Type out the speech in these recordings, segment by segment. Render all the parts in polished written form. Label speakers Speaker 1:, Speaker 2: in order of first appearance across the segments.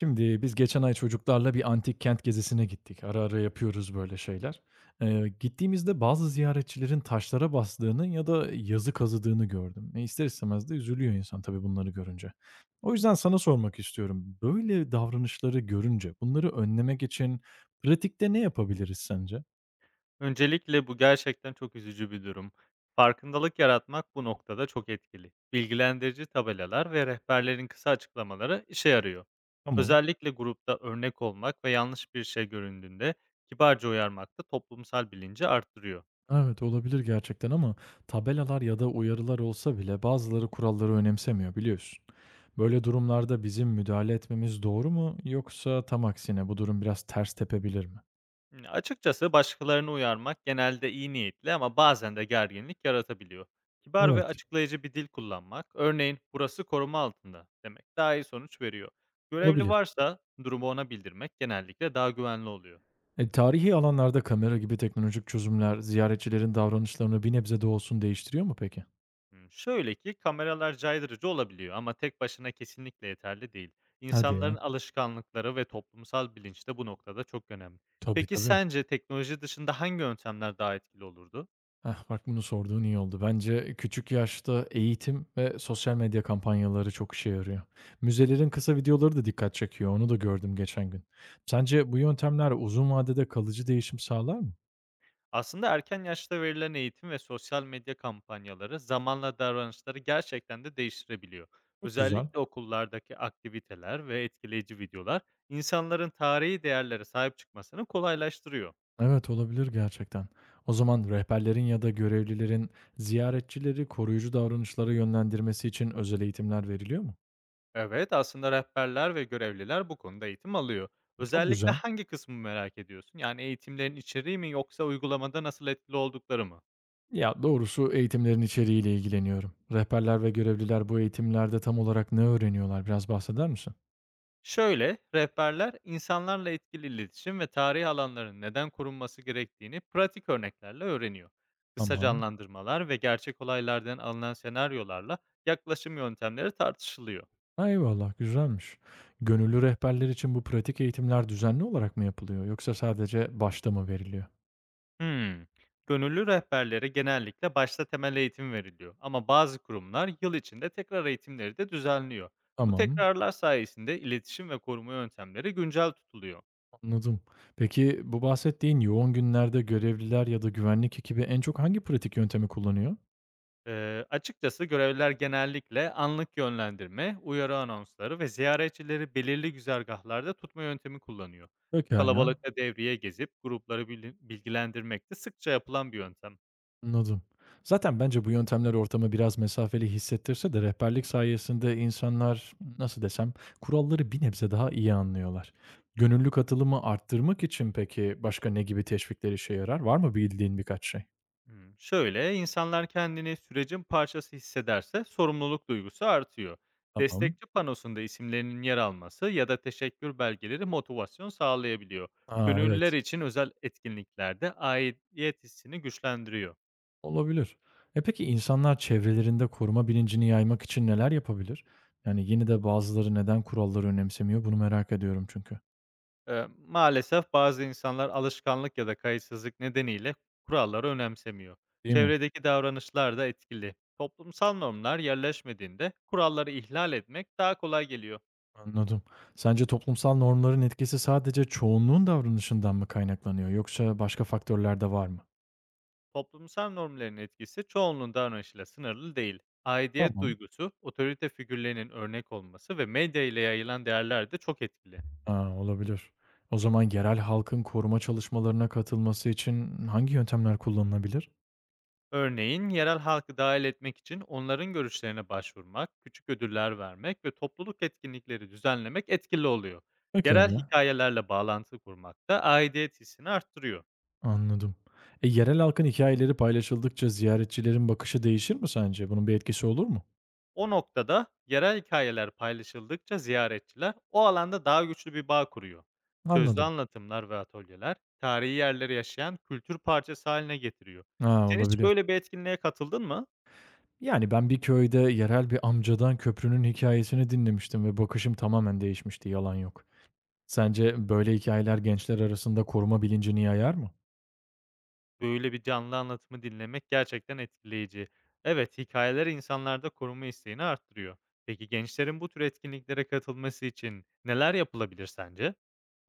Speaker 1: Şimdi biz geçen ay çocuklarla bir antik kent gezisine gittik. Ara ara yapıyoruz böyle şeyler. Gittiğimizde bazı ziyaretçilerin taşlara bastığını ya da yazı kazıdığını gördüm. İster istemez de üzülüyor insan tabii bunları görünce. O yüzden sana sormak istiyorum. Böyle davranışları görünce bunları önlemek için pratikte ne yapabiliriz sence?
Speaker 2: Öncelikle bu gerçekten çok üzücü bir durum. Farkındalık yaratmak bu noktada çok etkili. Bilgilendirici tabelalar ve rehberlerin kısa açıklamaları işe yarıyor.
Speaker 1: Tamam.
Speaker 2: Özellikle grupta örnek olmak ve yanlış bir şey göründüğünde kibarca uyarmak da toplumsal bilinci arttırıyor.
Speaker 1: Evet, olabilir gerçekten ama tabelalar ya da uyarılar olsa bile bazıları kuralları önemsemiyor biliyorsun. Böyle durumlarda bizim müdahale etmemiz doğru mu yoksa tam aksine bu durum biraz ters tepebilir mi?
Speaker 2: Açıkçası başkalarını uyarmak genelde iyi niyetli ama bazen de gerginlik yaratabiliyor. Kibar ve
Speaker 1: Evet,
Speaker 2: açıklayıcı bir dil kullanmak, örneğin "Burası koruma altında." demek daha iyi sonuç veriyor. Görevli
Speaker 1: olabilir.
Speaker 2: varsa durumu ona bildirmek genellikle daha güvenli oluyor.
Speaker 1: Tarihi alanlarda kamera gibi teknolojik çözümler ziyaretçilerin davranışlarını bir nebze de olsun değiştiriyor mu peki?
Speaker 2: Şöyle ki kameralar caydırıcı olabiliyor ama tek başına kesinlikle yeterli değil.
Speaker 1: Hadi
Speaker 2: İnsanların
Speaker 1: ya.
Speaker 2: alışkanlıkları ve toplumsal bilinç de bu noktada çok önemli.
Speaker 1: Tabii
Speaker 2: Peki
Speaker 1: tabii.
Speaker 2: sence teknoloji dışında hangi yöntemler daha etkili olurdu?
Speaker 1: Heh, bak bunu sorduğun iyi oldu. Bence küçük yaşta eğitim ve sosyal medya kampanyaları çok işe yarıyor. Müzelerin kısa videoları da dikkat çekiyor. Onu da gördüm geçen gün. Sence bu yöntemler uzun vadede kalıcı değişim sağlar mı?
Speaker 2: Aslında erken yaşta verilen eğitim ve sosyal medya kampanyaları zamanla davranışları gerçekten de değiştirebiliyor.
Speaker 1: Çok güzel.
Speaker 2: Özellikle okullardaki aktiviteler ve etkileyici videolar insanların tarihi değerlere sahip çıkmasını kolaylaştırıyor.
Speaker 1: Evet, olabilir gerçekten. O zaman rehberlerin ya da görevlilerin ziyaretçileri koruyucu davranışlara yönlendirmesi için özel eğitimler veriliyor mu?
Speaker 2: Evet, aslında rehberler ve görevliler bu konuda eğitim alıyor.
Speaker 1: Çok
Speaker 2: Özellikle
Speaker 1: güzel.
Speaker 2: hangi kısmı merak ediyorsun? Yani eğitimlerin içeriği mi yoksa uygulamada nasıl etkili oldukları mı?
Speaker 1: Ya doğrusu eğitimlerin içeriğiyle ilgileniyorum. Rehberler ve görevliler bu eğitimlerde tam olarak ne öğreniyorlar? Biraz bahseder misin?
Speaker 2: Şöyle, rehberler insanlarla etkili iletişim ve tarih alanlarının neden korunması gerektiğini pratik örneklerle öğreniyor. Kısa
Speaker 1: Tamam.
Speaker 2: canlandırmalar ve gerçek olaylardan alınan senaryolarla yaklaşım yöntemleri tartışılıyor.
Speaker 1: A, eyvallah, güzelmiş. Gönüllü rehberler için bu pratik eğitimler düzenli olarak mı yapılıyor yoksa sadece başta mı veriliyor?
Speaker 2: Hmm. Gönüllü rehberlere genellikle başta temel eğitim veriliyor ama bazı kurumlar yıl içinde tekrar eğitimleri de düzenliyor. Bu
Speaker 1: Tamam,
Speaker 2: tekrarlar sayesinde iletişim ve koruma yöntemleri güncel tutuluyor.
Speaker 1: anladım. Peki bu bahsettiğin yoğun günlerde görevliler ya da güvenlik ekibi en çok hangi pratik yöntemi kullanıyor?
Speaker 2: Açıkçası görevler genellikle anlık yönlendirme, uyarı anonsları ve ziyaretçileri belirli güzergahlarda tutma yöntemi kullanıyor.
Speaker 1: Pekâlâ.
Speaker 2: Kalabalıkta devriye gezip grupları bilgilendirmek de sıkça yapılan bir yöntem.
Speaker 1: Anladım. Zaten bence bu yöntemler ortamı biraz mesafeli hissettirse de rehberlik sayesinde insanlar nasıl desem kuralları bir nebze daha iyi anlıyorlar. Gönüllü katılımı arttırmak için peki başka ne gibi teşvikler işe yarar? Var mı bildiğin birkaç şey?
Speaker 2: Şöyle, insanlar kendini sürecin parçası hissederse sorumluluk duygusu artıyor.
Speaker 1: Tamam.
Speaker 2: Destekçi panosunda isimlerinin yer alması ya da teşekkür belgeleri motivasyon sağlayabiliyor.
Speaker 1: Aa,
Speaker 2: Gönüllüler
Speaker 1: evet.
Speaker 2: için özel etkinliklerde aidiyet hissini güçlendiriyor.
Speaker 1: Olabilir. E peki insanlar çevrelerinde koruma bilincini yaymak için neler yapabilir? Yani yine de bazıları neden kuralları önemsemiyor? Bunu merak ediyorum çünkü.
Speaker 2: Maalesef bazı insanlar alışkanlık ya da kayıtsızlık nedeniyle kuralları önemsemiyor.
Speaker 1: Değil mi?
Speaker 2: Çevredeki davranışlar da etkili. Toplumsal normlar yerleşmediğinde kuralları ihlal etmek daha kolay geliyor.
Speaker 1: Anladım. Sence toplumsal normların etkisi sadece çoğunluğun davranışından mı kaynaklanıyor yoksa başka faktörler de var mı?
Speaker 2: Toplumsal normların etkisi çoğunluğun davranışıyla sınırlı değil. Aidiyet
Speaker 1: Tamam.
Speaker 2: duygusu, otorite figürlerinin örnek olması ve medya ile yayılan değerler de çok etkili.
Speaker 1: Ha, olabilir. O zaman yerel halkın koruma çalışmalarına katılması için hangi yöntemler kullanılabilir?
Speaker 2: Örneğin yerel halkı dahil etmek için onların görüşlerine başvurmak, küçük ödüller vermek ve topluluk etkinlikleri düzenlemek etkili oluyor. Yerel
Speaker 1: Pekala.
Speaker 2: hikayelerle bağlantı kurmak da aidiyet hissini arttırıyor.
Speaker 1: Anladım. Yerel halkın hikayeleri paylaşıldıkça ziyaretçilerin bakışı değişir mi sence? Bunun bir etkisi olur mu?
Speaker 2: O noktada yerel hikayeler paylaşıldıkça ziyaretçiler o alanda daha güçlü bir bağ kuruyor. Sözlü
Speaker 1: Anladım.
Speaker 2: anlatımlar ve atölyeler tarihi yerleri yaşayan kültür parçası haline getiriyor.
Speaker 1: Ha,
Speaker 2: Sen hiç
Speaker 1: olabilir.
Speaker 2: böyle bir etkinliğe katıldın mı?
Speaker 1: Yani ben bir köyde yerel bir amcadan köprünün hikayesini dinlemiştim ve bakışım tamamen değişmişti, yalan yok. Sence böyle hikayeler gençler arasında koruma bilincini yayar mı?
Speaker 2: Böyle bir canlı anlatımı dinlemek gerçekten etkileyici. Evet, hikayeler insanlarda koruma isteğini arttırıyor. Peki gençlerin bu tür etkinliklere katılması için neler yapılabilir sence?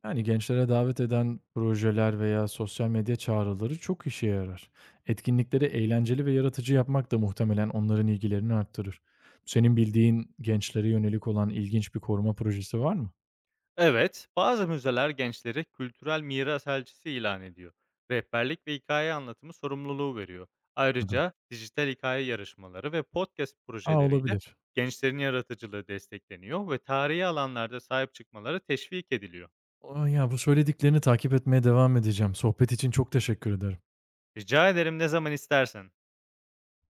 Speaker 1: Yani gençlere davet eden projeler veya sosyal medya çağrıları çok işe yarar. Etkinlikleri eğlenceli ve yaratıcı yapmak da muhtemelen onların ilgilerini arttırır. Senin bildiğin gençlere yönelik olan ilginç bir koruma projesi var mı?
Speaker 2: Evet, bazı müzeler gençleri kültürel miras elçisi ilan ediyor. Rehberlik ve hikaye anlatımı sorumluluğu veriyor.
Speaker 1: Adım.
Speaker 2: Ayrıca dijital hikaye yarışmaları ve podcast
Speaker 1: A,
Speaker 2: projeleriyle
Speaker 1: olabilir.
Speaker 2: gençlerin yaratıcılığı destekleniyor ve tarihi alanlarda sahip çıkmaları teşvik ediliyor.
Speaker 1: O ya, bu söylediklerini takip etmeye devam edeceğim. Sohbet için çok teşekkür ederim.
Speaker 2: Rica ederim ne zaman istersen.